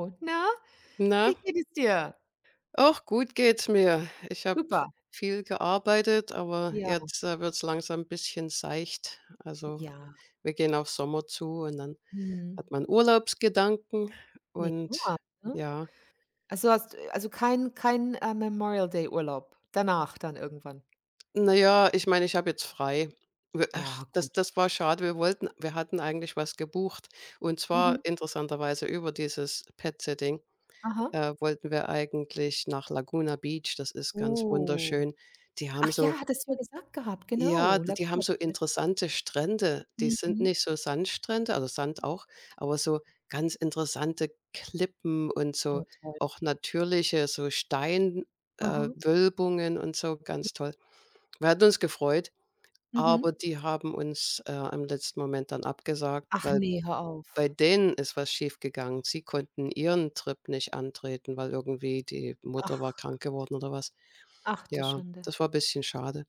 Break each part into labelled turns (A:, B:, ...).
A: Oh, Na,
B: Na,
A: wie geht es dir?
B: auch gut geht's mir. Ich habe
A: Super.
B: viel gearbeitet, aber
A: Ja,
B: jetzt, wird's langsam ein bisschen seicht. Also,
A: ja.
B: wir gehen auf Sommer zu und dann
A: Mhm.
B: hat man Urlaubsgedanken
A: Ne,
B: und
A: prima, ne?
B: ja.
A: Also, hast kein Memorial Day Urlaub? Danach dann irgendwann?
B: Na ja, ich meine, ich habe jetzt frei. W ach,
A: Ja,
B: das
A: gut.
B: das war schade. Wir hatten eigentlich was gebucht, und zwar
A: Mhm.
B: interessanterweise über dieses Pet-Sitting.
A: Aha.
B: Wollten wir eigentlich nach Laguna Beach. Das ist ganz
A: Oh.
B: wunderschön. Die haben
A: Ach ja,
B: so
A: hattest du ja gesagt gehabt,
B: ja,
A: genau,
B: d die haben
A: Laguna
B: so
A: Beach.
B: interessante Strände. Die sind
A: Mhm.
B: nicht so Sandstrände, also Sand auch, aber so ganz interessante Klippen und so,
A: Oh, toll.
B: auch natürliche so Steinwölbungen,
A: Aha.
B: Wölbungen und so,
A: Ja.
B: ganz toll. Wir hatten uns gefreut, aber
A: Mhm.
B: die haben uns, im letzten Moment dann abgesagt,
A: Ach
B: weil
A: ne, hör
B: bei
A: auf.
B: denen ist was schiefgegangen. Sie konnten ihren Trip nicht antreten, weil irgendwie die Mutter war
A: Ach,
B: krank geworden oder was.
A: ach du
B: Ja,
A: Schande.
B: das war ein bisschen schade.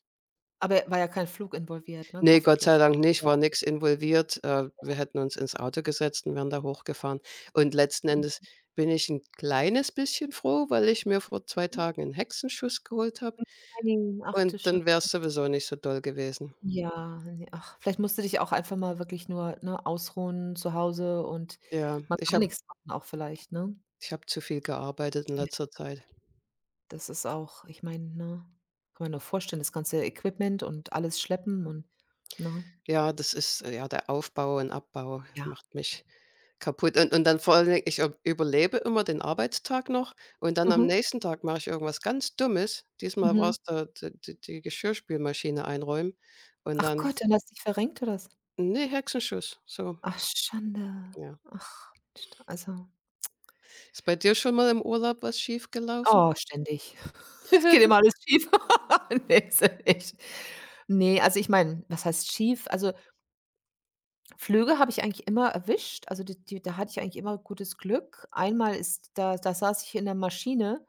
A: Aber war ja kein Flug involviert, ne,
B: Ne, Gott sei
A: hoffentlich?
B: Dank nicht,
A: Ja.
B: war nix involviert. Wir hätten uns ins Auto gesetzt und wären da hochgefahren. Und letzten
A: Mhm.
B: Endes bin ich ein kleines bisschen froh, weil ich mir vor 2 Tagen einen Hexenschuss geholt habe
A: Nein, ach
B: und
A: du Schande.
B: dann wäre es sowieso nicht so doll gewesen.
A: Ja, ne, ach, vielleicht musst du dich auch einfach mal wirklich nur, ne, ausruhen zu Hause und
B: Ja,
A: mal
B: ich
A: gar
B: habe
A: nichts machen auch vielleicht, ne?
B: ich habe zu viel gearbeitet in
A: Ja,
B: letzter Zeit.
A: das ist auch, ich meine, ne, kann man nur vorstellen, das ganze Equipment und alles schleppen und, ne?
B: Ja, das ist, ja, der Aufbau und Abbau
A: Ja.
B: macht mich kaputt, und dann vor allen Dingen, ich ob überlebe immer den Arbeitstag noch und dann am
A: Mhm,
B: nächsten Tag mache ich irgendwas ganz Dummes. Diesmal
A: mhm.
B: war's da, d d die Geschirrspülmaschine einräumen und
A: Ach
B: dann,
A: Gott, dann hast du dich verrenkt oder was?
B: ne, Hexenschuss, so,
A: Ach, Schande.
B: ja.
A: Ach Mensch, da, also,
B: Ist bei dir schon mal im Urlaub was schiefgelaufen?
A: oh, ständig. Es geht immer alles schief. Nee, ist ja echt. Ne, also ich meine, was heißt schief? Also, Flöge habe ich eigentlich immer erwischt, also die da hatte ich eigentlich immer gutes Glück. Einmal ist da saß ich in der Maschine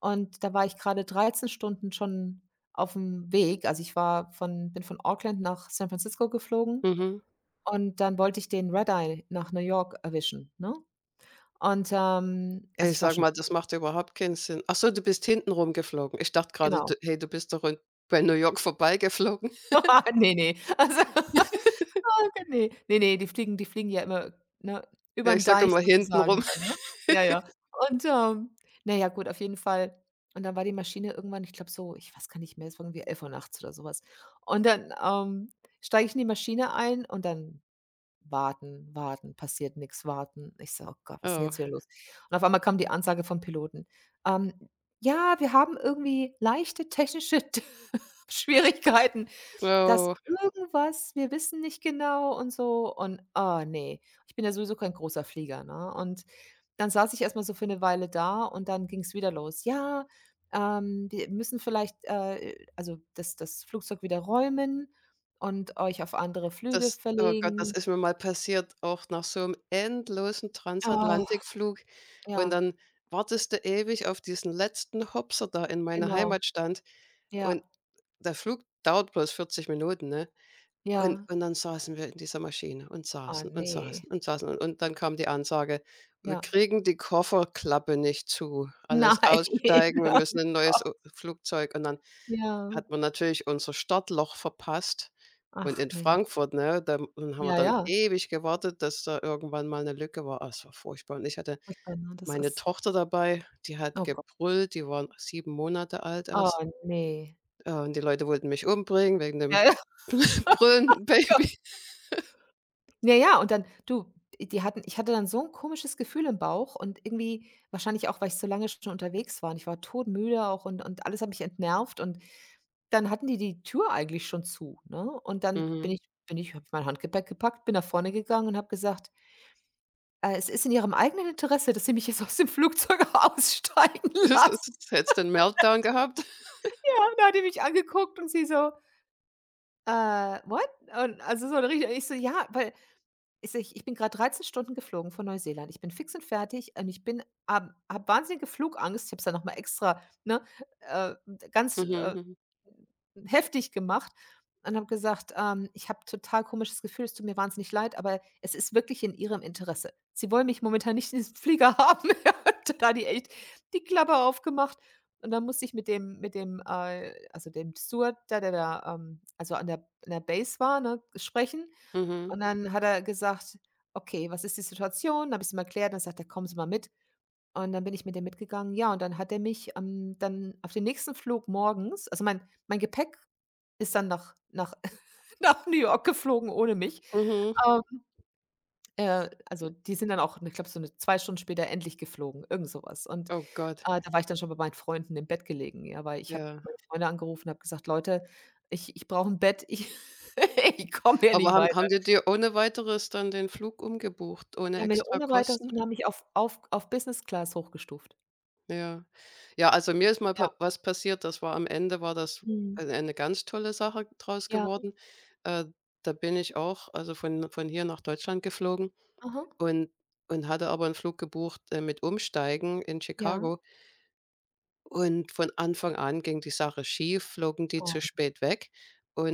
A: und da war ich gerade 13 Stunden schon auf dem Weg. Also, ich war von bin von Auckland nach San Francisco geflogen
B: Mhm.
A: und dann wollte ich den Red Eye nach New York erwischen, ne? Und,
B: Ey, ich
A: ich war
B: sag
A: schon,
B: mal, das macht überhaupt keinen Sinn. Ach so, du bist hinten rumgeflogen. Ich dachte gerade,
A: genau.
B: du bist doch in bei New York vorbeigeflogen.
A: Ne, ne. Also, ah, okay, ne. Ne, ne, die fliegen ja immer, ne, über
B: Ja, ich
A: 'n
B: sage
A: Deich
B: immer hinten
A: sozusagen
B: rum.
A: dann, ne? Ja, ja. Und, na ja, gut, auf jeden Fall. Und dann war die Maschine irgendwann, ich glaube so, ich weiß gar nicht mehr, es war irgendwie 11:00 nachts oder so was. Und dann, steige ich in die Maschine ein und dann warten, warten, passiert nix, warten. Ich so: „Oh Gott, was ist 'n
B: Oh,
A: jetzt wieder los?" Und auf einmal kam die Ansage vom Piloten: „Ähm, ja, wir haben irgendwie leichte technische T Schwierigkeiten. Dass
B: oh.
A: irgendwas, wir wissen nicht genau, und so und, ne. Ich bin ja sowieso kein großer Flieger, ne? Und dann saß ich erst mal so für 'ne Weile da und dann ging's wieder los. „Ja, wir müssen vielleicht, also, das Flugzeug wieder räumen und euch auf andere Flüge
B: Das Oh Gott, das
A: verlegen."
B: ist mir mal passiert, auch nach so einem endlosen
A: Oh,
B: Transatlantikflug. Und
A: ja,
B: dann wartest du ewig auf diesen letzten Hopser, da in meiner
A: genau.
B: Heimat stand. Und
A: Ja,
B: der Flug dauert bloß 40 Minuten, ne? Und
A: ja.
B: und dann saßen wir in dieser Maschine und
A: Ah,
B: saßen und
A: ne.
B: saßen und saßen. Und dann kam die Ansage: „Wir
A: Ja.
B: kriegen die Kofferklappe nicht zu.
A: Nein,
B: Alles aussteigen, wir
A: oh
B: müssen ein
A: Gott.
B: neues o Flugzeug." Und dann
A: Ja.
B: hat man natürlich unser Startloch verpasst und
A: Ach
B: in
A: Mensch.
B: Frankfurt, ne, da haben wir
A: Ja,
B: dann
A: ja.
B: ewig gewartet, dass da irgendwann mal eine Lücke war. Ah, es war furchtbar und ich hatte
A: Furchtbar, ne? Das
B: meine
A: ist,
B: Tochter dabei, die hat
A: oh Gott.
B: gebrüllt, die war 7 Monate alt erst,
A: Oh, ne.
B: und die Leute wollten mich umbringen wegen dem
A: Ja, ja,
B: brüllenden
A: Gott.
B: Baby.
A: Ja, ja, und dann, du, die hatten ich hatte dann so 'n komisches Gefühl im Bauch und irgendwie wahrscheinlich auch, weil ich so lange schon unterwegs war und ich war todmüde auch und alles hat mich entnervt und dann hatten die Tür eigentlich schon zu, ne? Und dann bin
B: Mhm.
A: ich, habe ich mein Handgepäck gepackt, bin nach vorne gegangen und habe gesagt: „Es ist in Ihrem eigenen Interesse, dass Sie mich jetzt aus dem Flugzeug aussteigen
B: Das
A: lassen."
B: ist Hättest du 'n Meltdown gehabt?
A: Ja, und dann hat die mich angeguckt und sie so: „Äh, What?" Und also so richtig, ich so: „Ja, weil", Ist ich ich bin grad 13 Stunden geflogen von Neuseeland. Ich bin fix und fertig und ich bin habe habe wahnsinnige Flugangst. Ich habe es dann noch mal extra, ne, äh, ganz,
B: Mhm, mhm,
A: heftig gemacht und habe gesagt, „Ich habe total komisches Gefühl, es tut mir wahnsinnig leid, aber es ist wirklich in Ihrem Interesse. Sie wollen mich momentan nicht in diesem Flieger haben." Ja, und da hat die echt die Klappe aufgemacht und dann musste ich mit dem, dem Steward, der da, an der Base war, ne, sprechen
B: mhm,
A: und dann hat er gesagt: „Okay, was ist die Situation?" Dann habe ich's ihm erklärt, dann sagt er: „Kommen Sie mal mit." Und dann bin ich mit dem mitgegangen. Ja, und dann hat er mich, dann auf den nächsten Flug morgens, also, mein Gepäck ist dann nach nach nach New York geflogen ohne mich.
B: mhm.
A: Ähm, also, die sind dann auch, ich glaube, so eine 2 Stunden später endlich geflogen, irgend sowas. Und,
B: Oh Gott,
A: da war ich dann schon bei meinen Freunden im Bett gelegen, ja, weil ich habe
B: ja.
A: meine Freunde angerufen und habe gesagt: „Leute, ich brauche ein Bett. Ich ich komme hier
B: Aber
A: nicht
B: haben
A: weiter."
B: die dir ohne Weiteres dann den Flug umgebucht,
A: Die
B: ohne
A: haben wir ja
B: extra
A: ohne Weiteres
B: Kosten?
A: und haben mich auf Business Class hochgestuft.
B: Ja. Ja, also mir ist mal
A: Ja.
B: pa was passiert, das war am Ende, war das
A: Mhm.
B: eine ganz tolle Sache draus
A: Ja.
B: geworden. Äh, Da bin ich auch, also von hier nach Deutschland geflogen
A: Aha.
B: und und hatte aber einen Flug gebucht, mit Umsteigen in
A: Ja.
B: Chicago. Und von Anfang an ging die Sache schief, flogen die
A: Oh,
B: zu spät weg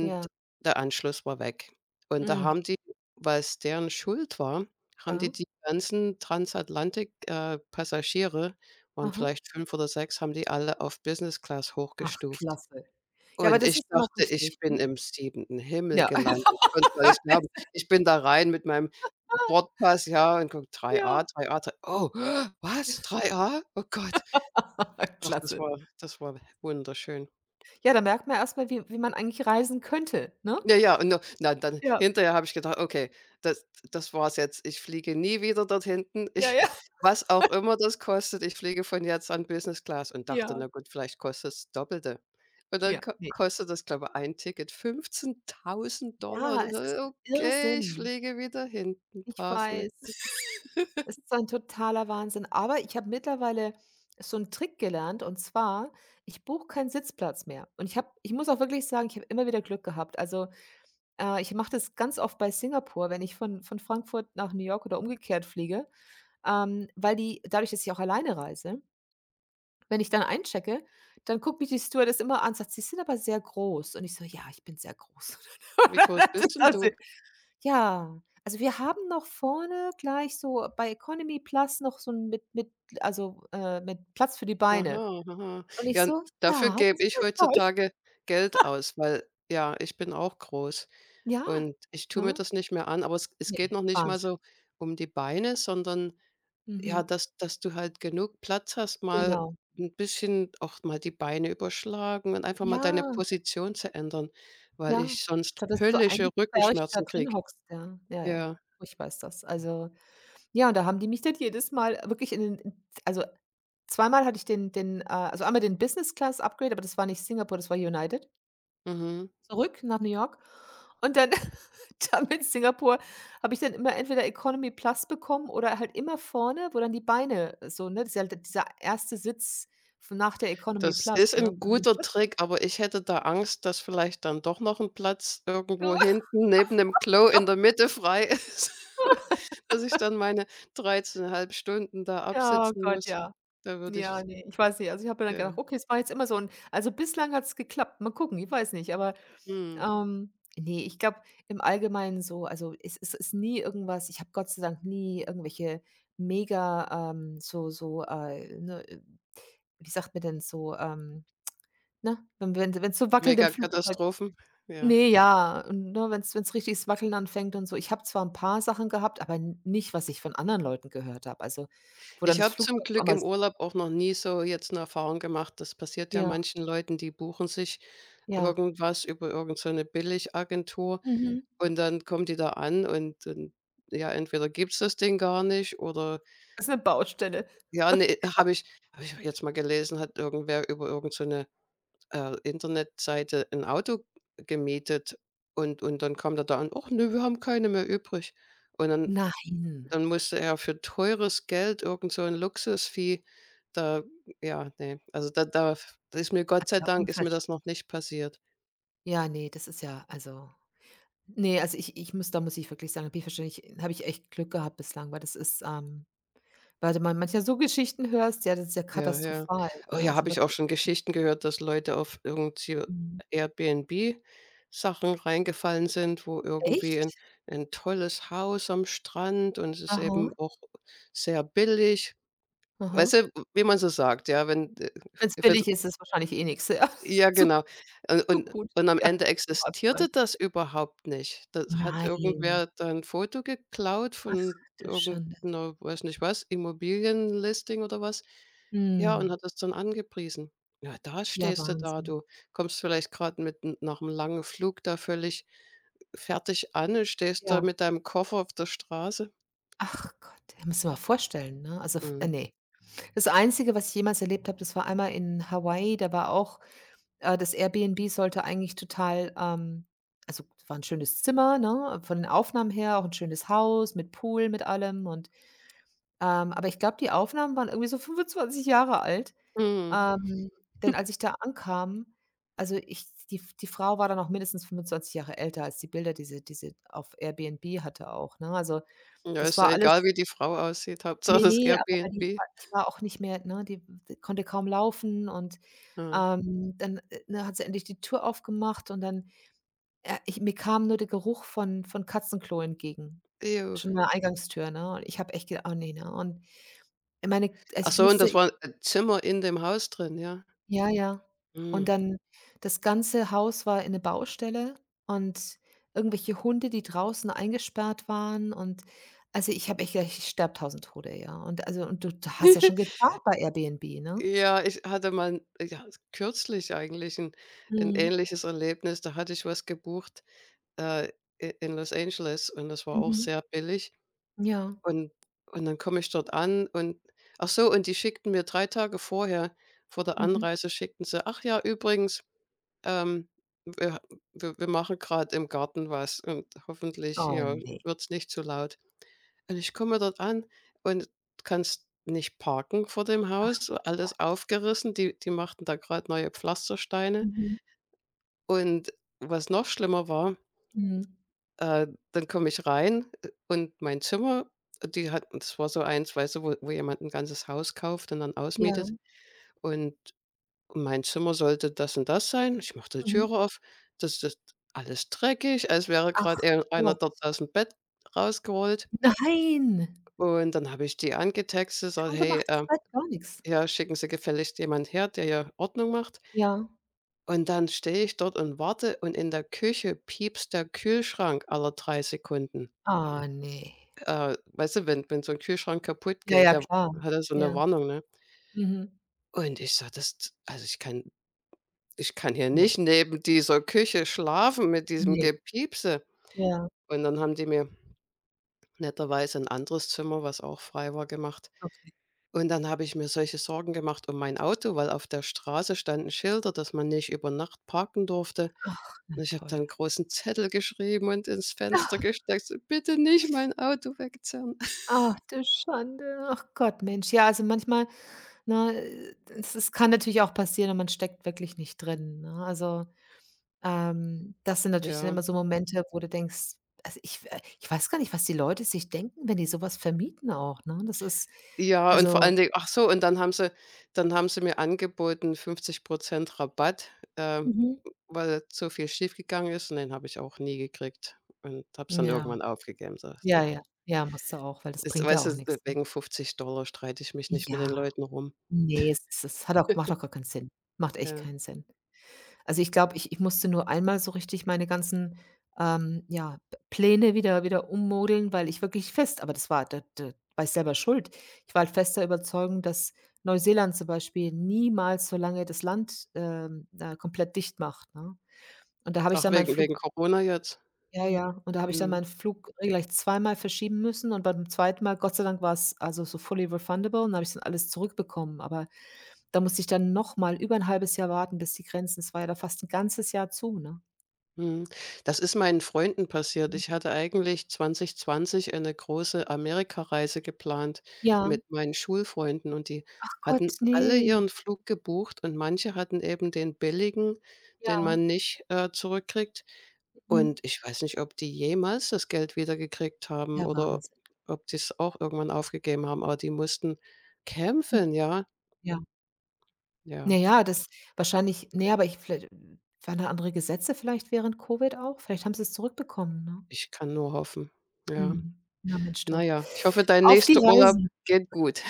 A: ja.
B: der Anschluss war weg. Und da
A: Mhm.
B: haben die, weil's deren Schuld war, haben die
A: Ja.
B: die ganzen Transatlantik Passagiere, waren
A: Aha.
B: vielleicht 5 oder 6, haben die alle auf Business Class
A: Ach,
B: hochgestuft.
A: klasse. Ja, aber
B: Und
A: das
B: ich
A: ist dann auch
B: dachte, ich
A: wichtig,
B: bin
A: ne?
B: im 7. Himmel
A: Ja.
B: gelandet. Ich konnte es gar nicht glauben. Ich bin da rein mit meinem Bordpass, ja, und guck:
A: Ja.
B: 3A, 3A, 3, oh, was? 3A? Oh Gott. Ach, das
A: Klasse.
B: war das war wunderschön.
A: Ja, da merkt man erst mal, wie, man eigentlich reisen könnte, ne?
B: Ja, ja, und da na, dann
A: Ja.
B: hinterher habe ich gedacht: „Okay, das das war's jetzt. Ich fliege nie wieder dort hinten.
A: Ja,
B: Ich
A: ja.
B: Was auch immer das kostet, ich fliege von jetzt an Business Class." Und dachte:
A: Ja.
B: „Na gut, vielleicht kostet's das Doppelte." Und dann
A: Ja.
B: ko
A: Ne.
B: kostet das, glaube, ein Ticket 15.000. Und
A: Ja,
B: ich
A: es ist 'n
B: so: „Okay, ich
A: Irrsinn.
B: fliege wieder hinten
A: Ich
B: brav mit."
A: weiß, das ist es ist ein totaler Wahnsinn. Aber ich habe mittlerweile so einen Trick gelernt und zwar, ich buche keinen Sitzplatz mehr. Und ich muss auch wirklich sagen, ich habe immer wieder Glück gehabt. Also, ich mache das ganz oft bei Singapur, wenn ich von Frankfurt nach New York oder umgekehrt fliege, weil die, dadurch, dass ich auch alleine reise, wenn ich dann einchecke, dann guckt mich die Stewardess immer an und sagt: „Sie sind aber sehr groß." Und ich so: „Ja, ich bin sehr groß."
B: „Wie groß
A: Das
B: bist
A: ist,
B: denn
A: also,
B: du?"
A: ja, also wir haben noch vorne gleich so bei Economy Plus noch so 'n mit, mit Platz für die Beine.
B: „Aha, aha."
A: Und ich
B: Ja,
A: so:
B: dafür
A: „Ja, das
B: gebe ich
A: war toll."
B: heutzutage Geld aus, weil ja, ich bin auch groß.
A: Ja,
B: Und ich tue mir
A: ne?
B: das nicht mehr an, aber es geht
A: Ne,
B: noch nicht mal
A: Wahnsinn.
B: so um die Beine, sondern ja,
A: Mhm,
B: dass du halt genug Platz hast, mal
A: genau.
B: ein bisschen auch mal die Beine überschlagen und einfach mal deine
A: Ja,
B: Position zu ändern, weil
A: ja.
B: ich sonst
A: Statt dass du so
B: höllische
A: eingepfercht da
B: Rückenschmerzen
A: drin
B: kriege.
A: hockst, ja. Ja, ja.
B: Ja,
A: Furchtbar ist das. Also, ja, und da haben die mich dann jedes Mal wirklich in den zweimal hatte ich den, einmal den Business Class Upgrade, aber das war nicht Singapore, das war United.
B: mhm.
A: Zurück nach New York und dann dann in Singapur habe ich dann immer entweder Economy Plus bekommen oder halt immer vorne, wo dann die Beine so, ne, das ist ja d dieser erste Sitz f nach der Economy
B: Das
A: Plus,
B: ist
A: ne?
B: 'n
A: Wo du den
B: guter
A: Platz hast.
B: Trick, aber ich hätte da Angst, dass vielleicht dann doch noch 'n Platz irgendwo
A: Oh
B: hinten neben dem Klo in
A: Gott,
B: der Mitte frei ist, dass ich dann meine 13,5 Stunden da
A: ja, oh
B: absitzen
A: Gott,
B: muss.
A: ja.
B: Da würde
A: Ja,
B: ich,
A: ne, ich weiß nicht. Also, ich habe mir dann gedacht:
B: ja,
A: „Okay, es war jetzt immer so 'n", also, bislang hat's geklappt. Mal gucken, ich weiß nicht, aber,
B: mhm,
A: ne, ich glaube im Allgemeinen so, also, es ist nie irgendwas, ich habe Gott sei Dank nie irgendwelche mega, so, ne, wie sagt man denn so, ne, wenn, wenn's so wackelt im Flugzeug.
B: Megakatastrophen, ja.
A: Ne, ja, und ne, wenn's richtiges Wackeln anfängt und so. Ich habe zwar 'n paar Sachen gehabt, aber n nicht, was ich von anderen Leuten gehört habe. Also, wo dann
B: Ich
A: das
B: habe zum
A: Flugzeug auf
B: Glück
A: einmal
B: im
A: s
B: Urlaub auch noch nie so jetzt 'ne Erfahrung gemacht. Das passiert ja
A: ja,
B: manchen Leuten, die buchen sich
A: ja,
B: irgendwas über irgend so 'ne Billigagentur.
A: mhm.
B: Und dann kommen die da an, und ja, entweder gibt es das Ding gar nicht oder
A: Ist 'ne Baustelle.
B: ja, ne, habe ich jetzt mal gelesen, hat irgendwer über irgendeine so 'ne, Internetseite ein Auto gemietet, und dann kam der da an: „Ach ne, wir haben keine mehr übrig." Und dann
A: Nein,
B: dann musste er für teures Geld irgend so 'n Luxusvieh, da ja, ne, also da ist mir Gott
A: das ist
B: sei
A: ja
B: Dank ist mir
A: unversch
B: das noch nicht passiert.
A: ja, ne, das ist ja, also, ne, also ich ich muss da muss ich wirklich sagen, da bin ich wahrscheinlich habe ich echt Glück gehabt bislang, weil das ist, weil du man manchmal so Geschichten hörst, ja, das ist ja
B: Ja, ja.
A: katastrophal.
B: Oh
A: Ja,
B: ja, habe
A: also
B: ich auch
A: wirklich.
B: schon Geschichten gehört, dass Leute auf irgendwie
A: Mhm.
B: Airbnb-Sachen reingefallen sind, wo irgendwie ein
A: Echt?
B: 'n tolles Haus am Strand, und es ist eben
A: Aha,
B: auch sehr billig.
A: aha.
B: Weißt du, wie man so sagt, ja, wenn,
A: Wenn's
B: für
A: billig ist, ist wahrscheinlich eh nix, ja.
B: ja,
A: Zu
B: genau.
A: zu
B: Und
A: gut,
B: und am
A: ja,
B: Ende
A: um wahr zu sein.
B: existierte das überhaupt nicht. Das hat
A: Nein.
B: irgendwer da 'n Foto geklaut
A: Ach,
B: von
A: du
B: irgend
A: Schande.
B: 'ner, weiß nicht was, Immobilienlisting oder was. Ja, und
A: Mhm.
B: hat das dann angepriesen. Ja, da
A: Ja,
B: stehst du da,
A: Wahnsinn.
B: du kommst vielleicht gerade mit 'n nach einem langen Flug da völlig fertig an und stehst da
A: Ja.
B: mit deinem Koffer auf der Straße.
A: Ach Gott, ja, musst dir mal vorstellen, ne? Also, f
B: Mhm.
A: ne. Das Einzige, was ich jemals erlebt habe, das war einmal in Hawaii, da war auch, das Airbnb sollte eigentlich total, also, war 'n schönes Zimmer, ne, von den Aufnahmen her auch 'n schönes Haus mit Pool, mit allem und, aber ich glaube, die Aufnahmen waren irgendwie so 25 Jahre alt.
B: Mhm.
A: Ähm, denn als ich da ankam, also ich die F die Frau war dann auch mindestens 25 Jahre älter als die Bilder, die sie, die sie auf Airbnb hatte auch, ne? Also,
B: Ja,
A: das
B: ist ja
A: war alles,
B: egal, wie die Frau aussieht, Hauptsache
A: ne,
B: das
A: ne, aber weil die
B: Airbnb.
A: war die war auch nicht mehr, ne, die konnte kaum laufen und,
B: Ja.
A: dann, ne, hat sie endlich die Tür aufgemacht und dann, ich mir kam nur der Geruch von Katzenklo entgegen,
B: Jo.
A: schon an der Eingangstür, ne? Und ich habe echt gedacht: „Oh ne", ne? Und meine also
B: Ach
A: ich
B: so, und
A: musste,
B: das war 'n Zimmer in dem Haus drin, ja.
A: ja, ja.
B: Mhm.
A: Und dann, das ganze Haus war 'ne Baustelle und irgendwelche Hunde, die draußen eingesperrt waren und, also, ich habe echt gedacht, ich sterbe tausend Tode, ja. Und also, und du hast ja schon gezahlt bei Airbnb, ne?
B: Ja, ich hatte mal kürzlich eigentlich ein
A: Mhm.
B: ähnliches Erlebnis. Da hatte ich was gebucht, äh, i in Los Angeles, und das war auch
A: Mhm.
B: sehr billig.
A: Ja.
B: Und und dann komme ich dort an und ach so, und die schickten mir 3 Tage vorher vor der
A: Mhm.
B: Anreise, schickten sie: „Ach ja, übrigens, ähm, wir wir machen gerade im Garten was und hoffentlich,
A: Oh,
B: ja,
A: ne.
B: wird's nicht zu laut." Und ich komme dort an und kannst nicht parken vor dem
A: Ach
B: Haus,
A: Gott.
B: alles aufgerissen. Die machten da gerade neue Pflastersteine.
A: Mhm.
B: Und was noch schlimmer war,
A: Mhm.
B: äh, dann komme ich rein, und mein Zimmer, die hatten, das war so eins, weißt du, wo jemand ein ganzes Haus kauft und dann
A: Ja.
B: ausmietet. Und mein Zimmer sollte das und das sein. Ich machte die
A: Mhm.
B: Türe auf, das ist alles dreckig, als wäre
A: Ach
B: gerade einer
A: Gott.
B: dort aus dem Bett rausgerollt.
A: Nein,
B: Und dann habe ich die angetextet, sage:
A: kein
B: „Hey,
A: gemachtes Bett, gar nix.
B: Ja, schicken Sie gefälligst jemand her, der ja Ordnung macht.
A: Ja.
B: Und dann stehe ich dort und warte und in der Küche piepst der Kühlschrank alle 3 Sekunden.
A: Ah, ne.
B: Weißt du, wenn so ein Kühlschrank kaputt
A: Ja,
B: geht,
A: ja,
B: da
A: klar.
B: hat er so eine
A: Ja.
B: Warnung, ne?
A: Mhm.
B: Und ich sage: „Das Also, ich kann hier
A: Ne,
B: nicht neben dieser Küche schlafen mit diesem
A: ne.
B: Gepiepse."
A: Ja.
B: Und dann haben die mir netterweise ein anderes Zimmer, was auch frei war, gemacht.
A: Okay,
B: Und dann habe ich mir solche Sorgen gemacht um mein Auto, weil auf der Straße standen Schilder, dass man nicht über Nacht parken durfte.
A: na
B: Und ich habe dann
A: toll.
B: 'n großen Zettel geschrieben und ins Fenster gesteckt, so: „Bitte nicht mein Auto wegzerren."
A: Ach, du Schande. Ach Gott, Mensch. Ja, also manchmal, ne, es kann natürlich auch passieren und man steckt wirklich nicht drin, ne? Also, das sind natürlich dann
B: Ja.
A: immer so Momente, wo du denkst, also ich weiß gar nicht, was die Leute sich denken, wenn die sowas was vermieten auch, ne? Das ist
B: Ja, und vor
A: also,
B: allen Dingen ach so, und dann haben sie mir angeboten 50 Rabatt, ähm,
A: mhm,
B: weil so viel schiefgegangen ist, und den habe ich auch nie gekriegt und habe es dann
A: ja,
B: irgendwann aufgegeben, so,
A: ja,
B: ja.
A: ja, ja, musst du auch, weil das
B: Ist
A: bringt ja
B: Weißt du,
A: auch
B: we
A: nichts, ne?
B: wegen 50 streite ich mich nicht mit
A: Ja,
B: den Leuten rum.
A: nee, es hat auch macht auch gar keinen Sinn. Macht echt
B: Ja.
A: keinen Sinn. Also, ich glaube, ich musste nur einmal so richtig meine ganzen, ja, P Pläne wieder ummodeln, weil ich wirklich fest aber das war, da war ich selber schuld. Ich war halt fester Überzeugung, dass Neuseeland zum Beispiel niemals so lange das Land, komplett dicht macht, ne? Und da habe ich
B: Auch
A: dann meinen
B: wegen
A: Flug,
B: Corona jetzt.
A: ja, ja, und da habe ich dann
B: Mhm.
A: meinen Flug gleich zweimal verschieben müssen und beim zweiten Mal, Gott sei Dank, war es also so fully refundable und habe ich dann alles zurückbekommen. Aber da musste ich dann nochmal über ein halbes Jahr warten, bis die Grenzen, es war ja da fast ein ganzes Jahr zu, ne?
B: Mhm. Das ist meinen Freunden passiert. Ich hatte eigentlich 2020 eine große Amerikareise geplant
A: Ja.
B: mit meinen Schulfreunden und die
A: Ach Gott,
B: hatten alle
A: ne.
B: ihren Flug gebucht und manche hatten eben den billigen, den
A: Ja,
B: man nicht, zurückkriegt.
A: mhm.
B: Und ich weiß nicht, ob die jemals das Geld wiedergekriegt haben
A: Ja,
B: oder
A: Wahnsinn.
B: ob die es auch irgendwann aufgegeben haben, aber die mussten
A: Mhm.
B: kämpfen, ja.
A: Ja.
B: Ja,
A: Na ja, das wahrscheinlich, ne, aber ich viellei waren da andere Gesetze vielleicht während Covid auch? Vielleicht haben sie's zurückbekommen, ne?
B: ich kann nur hoffen. Ja.
A: Mhm. Na Mensch, du.
B: Naja, ich hoffe, dein
A: Auf die
B: nächster Urlaub
A: Reisen.
B: geht gut.